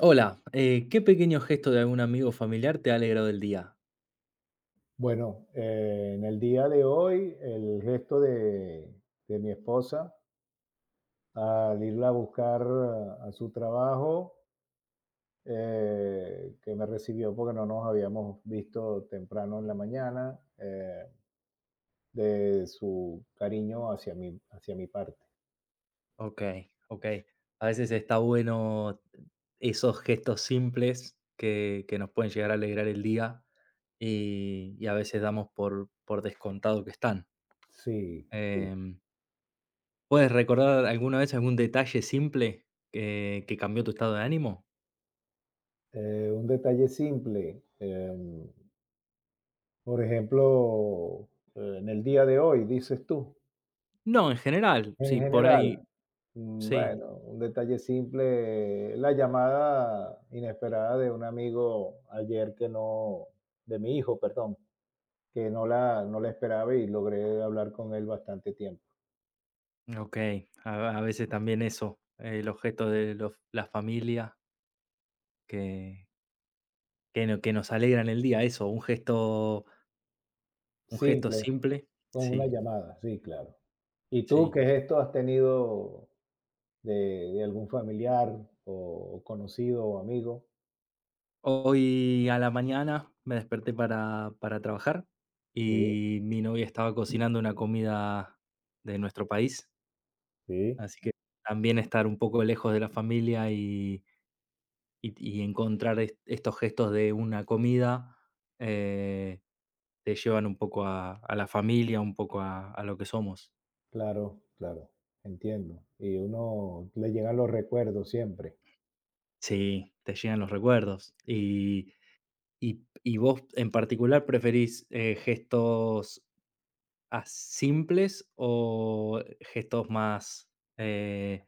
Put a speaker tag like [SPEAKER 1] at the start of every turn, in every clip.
[SPEAKER 1] Hola, ¿qué pequeño gesto de algún amigo o familiar te ha alegrado el día?
[SPEAKER 2] Bueno, en el día de hoy, el gesto de mi esposa al irla a buscar a su trabajo, que me recibió porque no nos habíamos visto temprano en la mañana, de su cariño hacia mi parte.
[SPEAKER 1] Ok, ok. A veces está bueno esos gestos simples que nos pueden llegar a alegrar el día y a veces damos por descontado que están.
[SPEAKER 2] Sí, sí.
[SPEAKER 1] Em, ¿Puedes recordar alguna vez algún detalle simple que cambió tu estado de ánimo?
[SPEAKER 2] Un detalle simple. Por ejemplo, en el día de hoy, dices tú,
[SPEAKER 1] No, en general,
[SPEAKER 2] en
[SPEAKER 1] sí, por
[SPEAKER 2] general.
[SPEAKER 1] ahí,
[SPEAKER 2] Mm,
[SPEAKER 1] sí.
[SPEAKER 2] bueno, un detalle simple, la llamada inesperada de un amigo ayer que no, de mi hijo, perdón, que no la esperaba y logré hablar con él bastante tiempo.
[SPEAKER 1] Ok, a veces también eso, los gestos de la familia que, Que no, que nos alegran el día, eso, un gesto
[SPEAKER 2] Simple,
[SPEAKER 1] simple.
[SPEAKER 2] con una
[SPEAKER 1] Sí,
[SPEAKER 2] llamada, sí, claro. ¿Y tú
[SPEAKER 1] sí.
[SPEAKER 2] qué gesto has tenido de, de algún familiar o conocido o amigo?
[SPEAKER 1] Hoy a la mañana me desperté para trabajar
[SPEAKER 2] Sí,
[SPEAKER 1] y mi novia estaba cocinando una comida de nuestro país,
[SPEAKER 2] sí,
[SPEAKER 1] así que también estar un poco lejos de la familia y y encontrar estos gestos de una comida, eh, te llevan un poco a la familia, un poco a lo que somos.
[SPEAKER 2] claro, claro, entiendo. Y uno le llegan los recuerdos siempre.
[SPEAKER 1] Sí, te llegan los recuerdos y y vos en particular preferís, gestos as simples o gestos más, eh,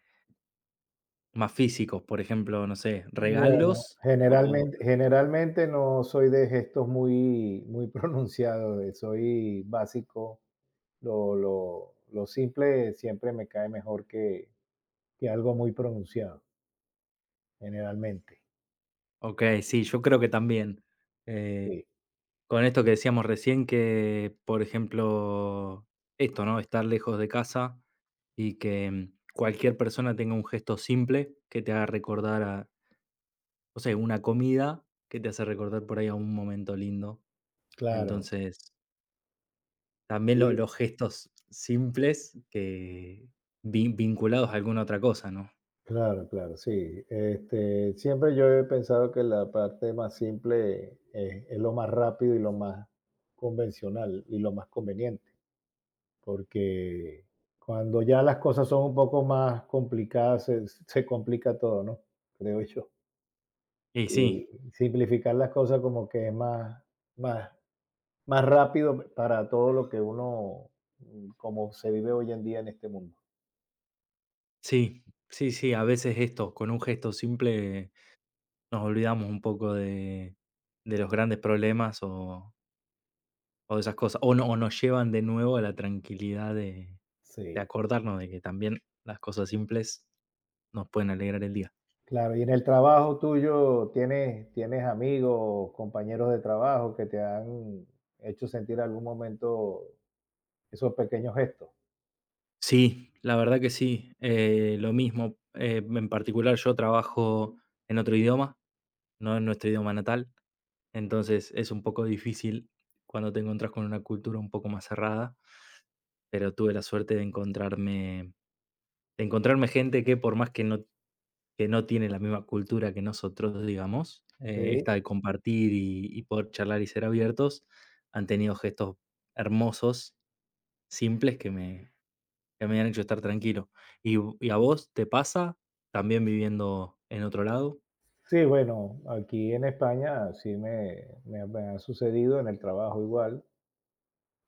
[SPEAKER 1] más físicos, por ejemplo, no sé,
[SPEAKER 2] Bueno,
[SPEAKER 1] regalos o
[SPEAKER 2] generalmente no soy de gestos muy muy pronunciados, soy básico. Lo simple siempre me cae mejor que algo muy pronunciado, generalmente.
[SPEAKER 1] okey, sí, yo creo que también. Eh,
[SPEAKER 2] Sí,
[SPEAKER 1] con esto que decíamos recién que, por ejemplo, esto, ¿no? Estar lejos de casa y que, cualquier persona tenga un gesto simple que te haga recordar a, no sé, una comida que te hace recordar por ahí a un momento lindo.
[SPEAKER 2] claro.
[SPEAKER 1] Entonces también lo
[SPEAKER 2] Y
[SPEAKER 1] los gestos simples que vinculados a alguna otra cosa, ¿no?
[SPEAKER 2] claro, claro, sí. Este, siempre yo he pensado que la parte más simple es lo más rápido y lo más convencional y lo más conveniente. Porque cuando ya las cosas son un poco más complicadas, se complica todo, ¿no? Creo yo.
[SPEAKER 1] Y sí,
[SPEAKER 2] Y simplificar las cosas como que es más, más, más rápido para todo lo que uno, como se vive hoy en día en este mundo.
[SPEAKER 1] sí, sí, sí, a veces esto, con un gesto simple nos olvidamos un poco de los grandes problemas o de esas cosas, o no o nos llevan de nuevo a la tranquilidad de
[SPEAKER 2] Sí,
[SPEAKER 1] acordarnos de que también las cosas simples nos pueden alegrar el día.
[SPEAKER 2] claro. Y en el trabajo tuyo, tienes amigos, compañeros de trabajo que te han hecho sentir algún momento esos pequeños gestos?
[SPEAKER 1] Sí, la verdad que sí, lo mismo, en particular yo trabajo en otro idioma, no en nuestro idioma natal. Entonces es un poco difícil cuando te encontrás con una cultura un poco más cerrada, pero tuve la suerte de encontrarme gente que por más que no tiene la misma cultura que nosotros, digamos,
[SPEAKER 2] Sí.
[SPEAKER 1] esta de compartir y poder charlar y ser abiertos, han tenido gestos hermosos, simples, que me han hecho estar tranquilo. ¿Y, y a vos te pasa también viviendo en otro lado?
[SPEAKER 2] Sí, bueno, aquí en España sí me ha sucedido en el trabajo igual.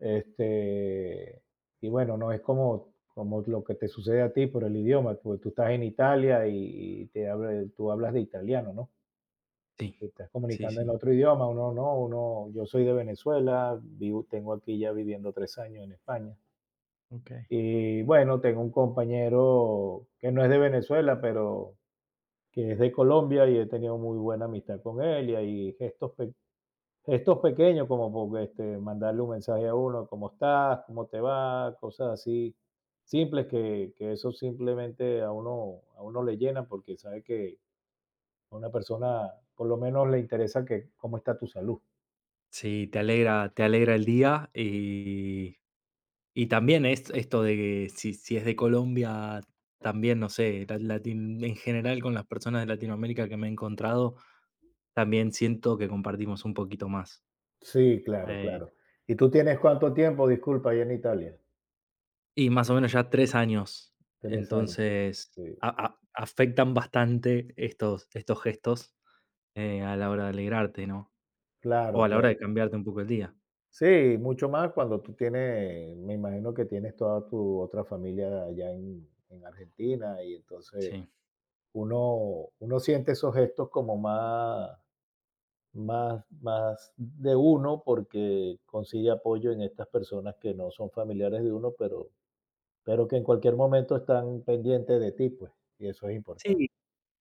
[SPEAKER 2] Este, y bueno, no es como como lo que te sucede a ti por el idioma, porque tú estás en Italia y te habla tú hablas de italiano, ¿no? Te
[SPEAKER 1] Sí,
[SPEAKER 2] estás
[SPEAKER 1] sí,
[SPEAKER 2] comunicando en
[SPEAKER 1] sí.
[SPEAKER 2] otro idioma, uno no, uno yo soy de Venezuela, vivo tengo aquí ya viviendo 3 años en España.
[SPEAKER 1] Ok.
[SPEAKER 2] Y bueno, tengo un compañero que no es de Venezuela, pero que es de Colombia y he tenido muy buena amistad con él, y hay gestos pe estos pequeños, como por, este, mandarle un mensaje a uno, ¿cómo estás? ¿Cómo te va? Cosas así simples que eso simplemente a uno le llena porque sabe que a una persona por lo menos le interesa que cómo está tu salud.
[SPEAKER 1] Sí, te alegra el día y también es esto de que si es de Colombia, también, no sé, la latin en general con las personas de Latinoamérica que me he encontrado, también siento que compartimos un poquito más,
[SPEAKER 2] Sí, claro,
[SPEAKER 1] eh,
[SPEAKER 2] claro. ¿Y tú tienes cuánto tiempo, disculpa, allá en Italia?
[SPEAKER 1] y más o menos ya 3 años,
[SPEAKER 2] 3 años.
[SPEAKER 1] entonces
[SPEAKER 2] Sí,
[SPEAKER 1] a afectan bastante estos gestos, a la hora de alegrarte, ¿no? O
[SPEAKER 2] claro,
[SPEAKER 1] a la hora de
[SPEAKER 2] claro.
[SPEAKER 1] cambiarte un poco el día,
[SPEAKER 2] Sí, mucho más cuando tú tienes, me imagino que tienes toda tu otra familia allá en Argentina y entonces
[SPEAKER 1] sí.
[SPEAKER 2] uno, uno siente esos gestos como más, más, más de uno porque consigue apoyo en estas personas que no son familiares de uno, pero que en cualquier momento están pendientes de ti, pues, y eso es importante.
[SPEAKER 1] Sí,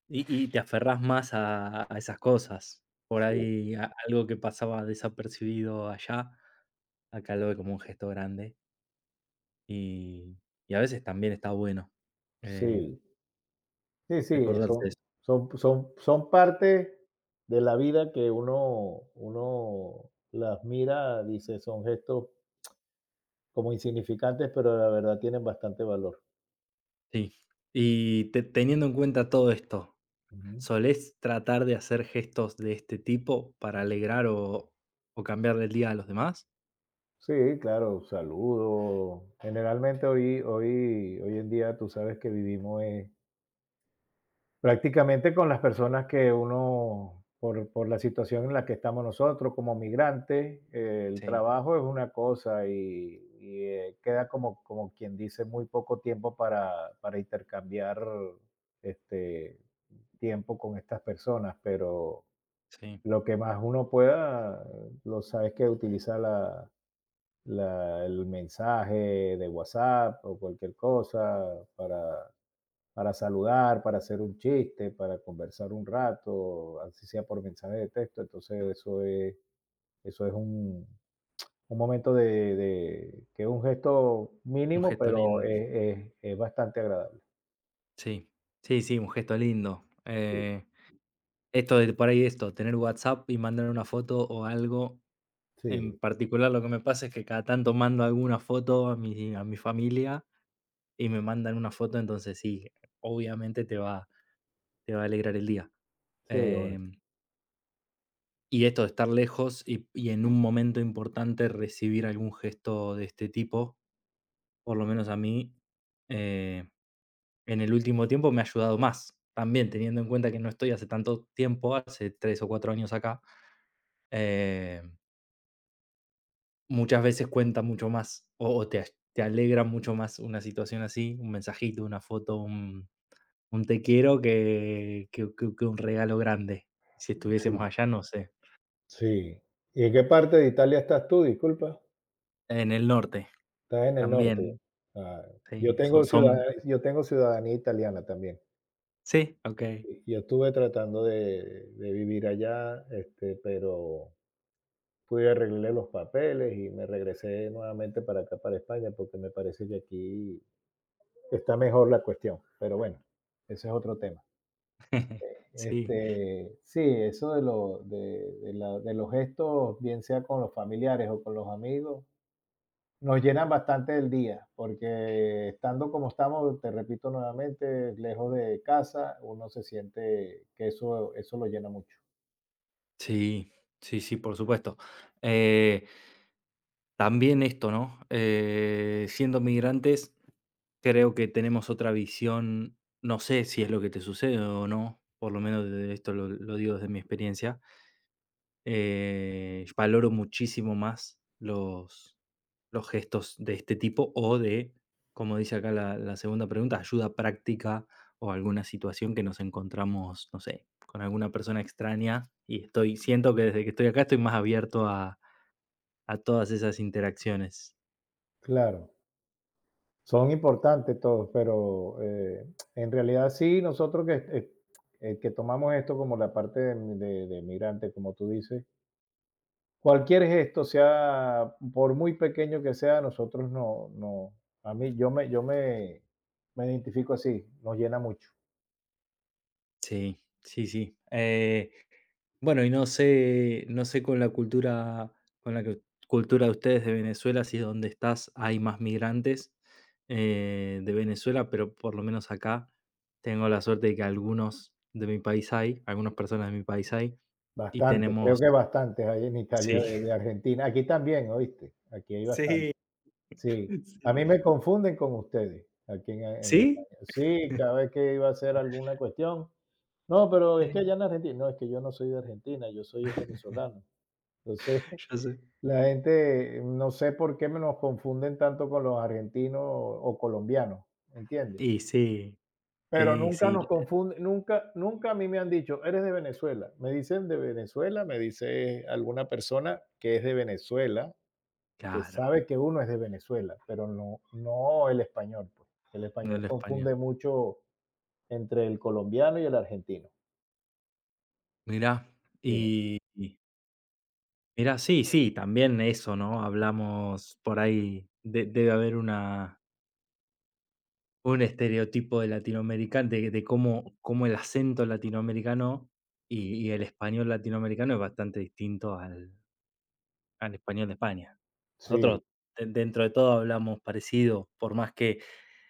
[SPEAKER 1] y te aferrás más a esas cosas. Por
[SPEAKER 2] Sí,
[SPEAKER 1] ahí a algo que pasaba desapercibido allá, acá lo ve como un gesto grande y y a veces también está bueno, eh,
[SPEAKER 2] sí, sí, sí,
[SPEAKER 1] recordarse
[SPEAKER 2] son,
[SPEAKER 1] eso.
[SPEAKER 2] son, son parte de la vida que uno, uno las mira, dice, son gestos como insignificantes, pero la verdad tienen bastante valor.
[SPEAKER 1] Sí. Y te teniendo en cuenta todo esto,
[SPEAKER 2] Ujú.
[SPEAKER 1] ¿solés tratar de hacer gestos de este tipo para alegrar o cambiarle el día a los demás?
[SPEAKER 2] Sí, claro, saludo. Generalmente hoy, hoy, hoy en día tú sabes que vivimos prácticamente con las personas que uno, por la situación en la que estamos nosotros como migrantes, el
[SPEAKER 1] Sí,
[SPEAKER 2] trabajo es una cosa y queda como, como quien dice muy poco tiempo para intercambiar este tiempo con estas personas, pero
[SPEAKER 1] sí.
[SPEAKER 2] lo que más uno pueda, lo sabes que utiliza el mensaje de WhatsApp o cualquier cosa para saludar, para hacer un chiste, para conversar un rato, así sea por mensaje de texto. Entonces eso es un momento que es un gesto
[SPEAKER 1] Un
[SPEAKER 2] mínimo,
[SPEAKER 1] gesto
[SPEAKER 2] pero
[SPEAKER 1] lindo.
[SPEAKER 2] es bastante agradable.
[SPEAKER 1] Sí, sí, sí, un gesto lindo.
[SPEAKER 2] Sí,
[SPEAKER 1] Esto de por ahí esto, tener WhatsApp y mandar una foto o algo. En
[SPEAKER 2] sí,
[SPEAKER 1] particular, lo que me pasa es que cada tanto mando alguna foto a mi familia y me mandan una foto, entonces sí, obviamente te va a alegrar el día.
[SPEAKER 2] sí, o-
[SPEAKER 1] Em, y esto de estar lejos y en un momento importante recibir algún gesto de este tipo, por lo menos a mí, eh, en el último tiempo me ha ayudado más. También teniendo en cuenta que no estoy hace tanto tiempo, hace 3 o 4 años acá, eh, muchas veces cuenta mucho más o te alegra mucho más una situación así, un mensajito, una foto, un te quiero que un regalo grande. Si estuviésemos
[SPEAKER 2] sí,
[SPEAKER 1] allá, no sé.
[SPEAKER 2] sí. ¿Y en qué parte de Italia estás tú? Disculpa,
[SPEAKER 1] En el norte,
[SPEAKER 2] estás en el norte.
[SPEAKER 1] también.
[SPEAKER 2] Ah, yo
[SPEAKER 1] Sí,
[SPEAKER 2] tengo ciudad,
[SPEAKER 1] son
[SPEAKER 2] yo tengo ciudadanía italiana también.
[SPEAKER 1] sí, okey.
[SPEAKER 2] Y yo estuve tratando de vivir allá, este, pero pude arreglarle los papeles y me regresé nuevamente para acá, para España, porque me parece que aquí está mejor la cuestión, pero bueno, ese es otro tema.
[SPEAKER 1] Sí,
[SPEAKER 2] Este, sí, eso de la de los gestos, bien sea con los familiares o con los amigos, nos llenan bastante el día, porque estando como estamos, te repito nuevamente, lejos de casa, uno se siente que eso lo llena mucho.
[SPEAKER 1] sí, sí, sí, por supuesto. Eh, también esto, ¿no? Siendo migrantes, creo que tenemos otra visión, no sé si es lo que te sucede o no, por lo menos de esto lo digo desde mi experiencia. Valoro muchísimo más los gestos de este tipo o de, como dice acá la, la segunda pregunta, ayuda práctica o alguna situación que nos encontramos, no sé, con alguna persona extraña y estoy, siento que desde que estoy acá estoy más abierto a todas esas interacciones.
[SPEAKER 2] Claro, son importantes todos, pero, en realidad sí, nosotros que tomamos esto como la parte de migrante, como tú dices, cualquier gesto, sea por muy pequeño que sea, nosotros no a mí yo me me identifico así, nos llena mucho,
[SPEAKER 1] Sí, sí, sí. Bueno, no sé no sé con la cultura con la que cultura de ustedes de Venezuela, si donde estás hay más migrantes, de Venezuela, pero por lo menos acá tengo la suerte de que algunos de mi país hay, algunas personas de mi país hay, y
[SPEAKER 2] bastante, creo
[SPEAKER 1] tenemos
[SPEAKER 2] que bastantes hay en Italia
[SPEAKER 1] sí,
[SPEAKER 2] de Argentina, aquí también, ¿oíste? Aquí hay bastante.
[SPEAKER 1] sí,
[SPEAKER 2] Sí, a mí
[SPEAKER 1] sí.
[SPEAKER 2] me confunden con ustedes aquí en
[SPEAKER 1] ¿Sí?
[SPEAKER 2] España. Sí, cada vez que iba a hacer alguna cuestión: "No, pero es que
[SPEAKER 1] Sí,
[SPEAKER 2] allá en Argentina", no, es que yo no soy de Argentina, yo soy es venezolano. Entonces,
[SPEAKER 1] yo sé.
[SPEAKER 2] la gente, no sé por qué me nos confunden tanto con los argentinos o colombianos, ¿entiendes?
[SPEAKER 1] Y sí,
[SPEAKER 2] Pero
[SPEAKER 1] sí,
[SPEAKER 2] nunca
[SPEAKER 1] sí,
[SPEAKER 2] nos confunden, nunca a mí me han dicho: "Eres de Venezuela". Me dicen de Venezuela, me dice alguna persona que es de Venezuela, que
[SPEAKER 1] claro,
[SPEAKER 2] sabe que uno es de Venezuela, pero no, no el español. Pues. El
[SPEAKER 1] no
[SPEAKER 2] español
[SPEAKER 1] hablo español.
[SPEAKER 2] confunde mucho entre el colombiano y el argentino.
[SPEAKER 1] Mirá,
[SPEAKER 2] Dime.
[SPEAKER 1] y mira, sí, sí, también eso, ¿no? Hablamos por ahí, debe haber una, un estereotipo de latinoamericano, de cómo, cómo el acento latinoamericano y el español latinoamericano es bastante distinto al, al español de España. Nosotros,
[SPEAKER 2] Sí,
[SPEAKER 1] dentro de todo, hablamos parecido, por más que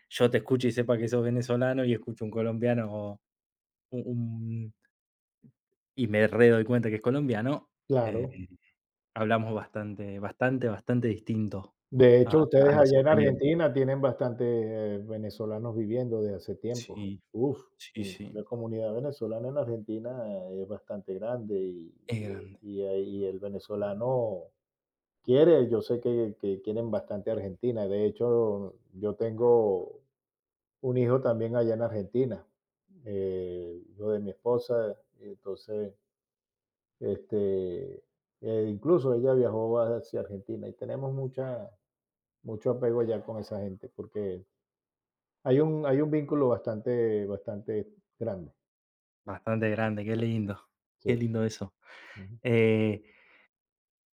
[SPEAKER 1] yo te escuche y sepa que sos venezolano y escucho un colombiano un- un- y me re doy cuenta que es colombiano, eh,
[SPEAKER 2] claro.
[SPEAKER 1] hablamos bastante, bastante, bastante distinto
[SPEAKER 2] De
[SPEAKER 1] a
[SPEAKER 2] hecho, ustedes
[SPEAKER 1] a los
[SPEAKER 2] allá en
[SPEAKER 1] españoles.
[SPEAKER 2] Argentina tienen bastante venezolanos viviendo desde hace tiempo.
[SPEAKER 1] Sí,
[SPEAKER 2] Uf,
[SPEAKER 1] sí, sí.
[SPEAKER 2] la comunidad venezolana en Argentina es bastante grande y,
[SPEAKER 1] Es grande,
[SPEAKER 2] y el venezolano quiere, yo sé que quieren bastante Argentina. De hecho, yo tengo un hijo también allá en Argentina, yo de mi esposa, entonces, este, incluso ella viajó hacia Argentina y tenemos mucha, mucho apego allá con esa gente, porque hay un vínculo bastante, bastante grande,
[SPEAKER 1] bastante grande, qué
[SPEAKER 2] sí,
[SPEAKER 1] lindo eso.
[SPEAKER 2] ujú,
[SPEAKER 1] Eh,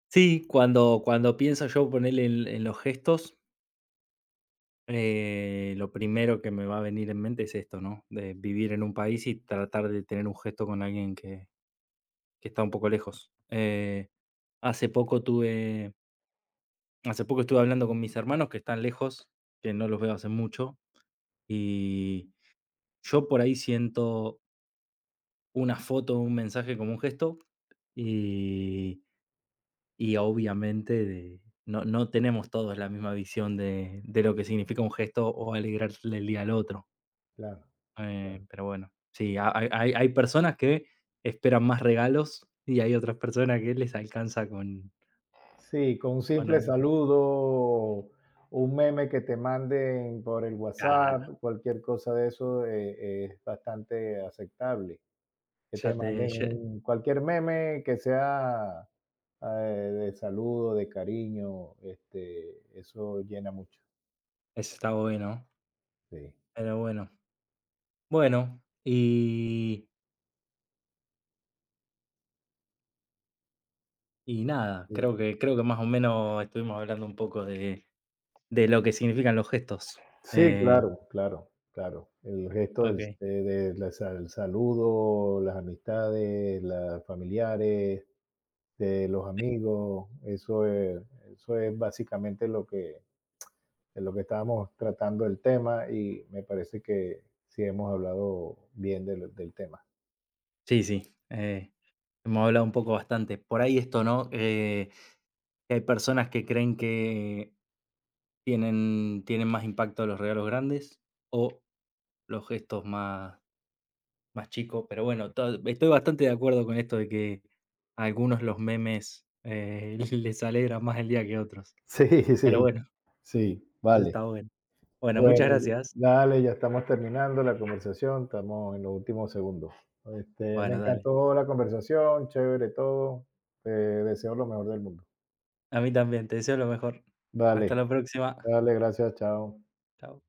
[SPEAKER 1] sí, cuando pienso yo ponerle en los gestos, lo primero que me va a venir en mente es esto, ¿no? De vivir en un país y tratar de tener un gesto con alguien que está un poco lejos. Hace poco tuve hace poco estuve hablando con mis hermanos que están lejos, que no los veo hace mucho, y yo por ahí siento una foto, un mensaje como un gesto y y obviamente de no no tenemos todos la misma visión de lo que significa un gesto o alegrarle el día al otro,
[SPEAKER 2] claro, claro.
[SPEAKER 1] pero bueno, sí, ha hay hay hay personas que esperan más regalos y hay otras personas que les alcanza
[SPEAKER 2] Sí, con un
[SPEAKER 1] con
[SPEAKER 2] simple
[SPEAKER 1] al
[SPEAKER 2] saludo, un meme que te manden por el
[SPEAKER 1] claro,
[SPEAKER 2] WhatsApp, cualquier cosa de eso es bastante aceptable. Que
[SPEAKER 1] ya
[SPEAKER 2] te
[SPEAKER 1] te
[SPEAKER 2] manden
[SPEAKER 1] ya
[SPEAKER 2] un cualquier meme que sea, de saludo, de cariño, este, eso llena mucho.
[SPEAKER 1] eso está bueno,
[SPEAKER 2] Sí,
[SPEAKER 1] pero bueno. Bueno, y nada,
[SPEAKER 2] sí.
[SPEAKER 1] creo que más o menos estuvimos hablando un poco de lo que significan los gestos.
[SPEAKER 2] Sí,
[SPEAKER 1] Eh,
[SPEAKER 2] claro, claro, claro. El resto del
[SPEAKER 1] okey.
[SPEAKER 2] de la sa el saludo, las amistades, las familiares, de los amigos, eso es básicamente lo que de lo que estábamos tratando el tema y me parece que sí hemos hablado bien del tema.
[SPEAKER 1] Sí, sí, eh, hemos hablado un poco bastante. Por ahí esto, ¿no? Que hay personas que creen que tienen más impacto los regalos grandes o los gestos más más chicos, pero bueno, to estoy bastante de acuerdo con esto de que a algunos los memes, les alegra más el día que otros.
[SPEAKER 2] Sí,
[SPEAKER 1] Pero
[SPEAKER 2] sí.
[SPEAKER 1] bueno,
[SPEAKER 2] Sí,
[SPEAKER 1] eso
[SPEAKER 2] vale.
[SPEAKER 1] está bueno. Bueno, muchas
[SPEAKER 2] Bueno,
[SPEAKER 1] gracias.
[SPEAKER 2] dale, ya estamos terminando la conversación, estamos en los últimos segundos. Este, me
[SPEAKER 1] Bueno, dale.
[SPEAKER 2] encantó la conversación, chévere todo. Te deseo lo mejor del mundo.
[SPEAKER 1] A mí también, te deseo lo mejor. Hasta
[SPEAKER 2] Vale.
[SPEAKER 1] la próxima.
[SPEAKER 2] Dale, gracias, chao.
[SPEAKER 1] Chao.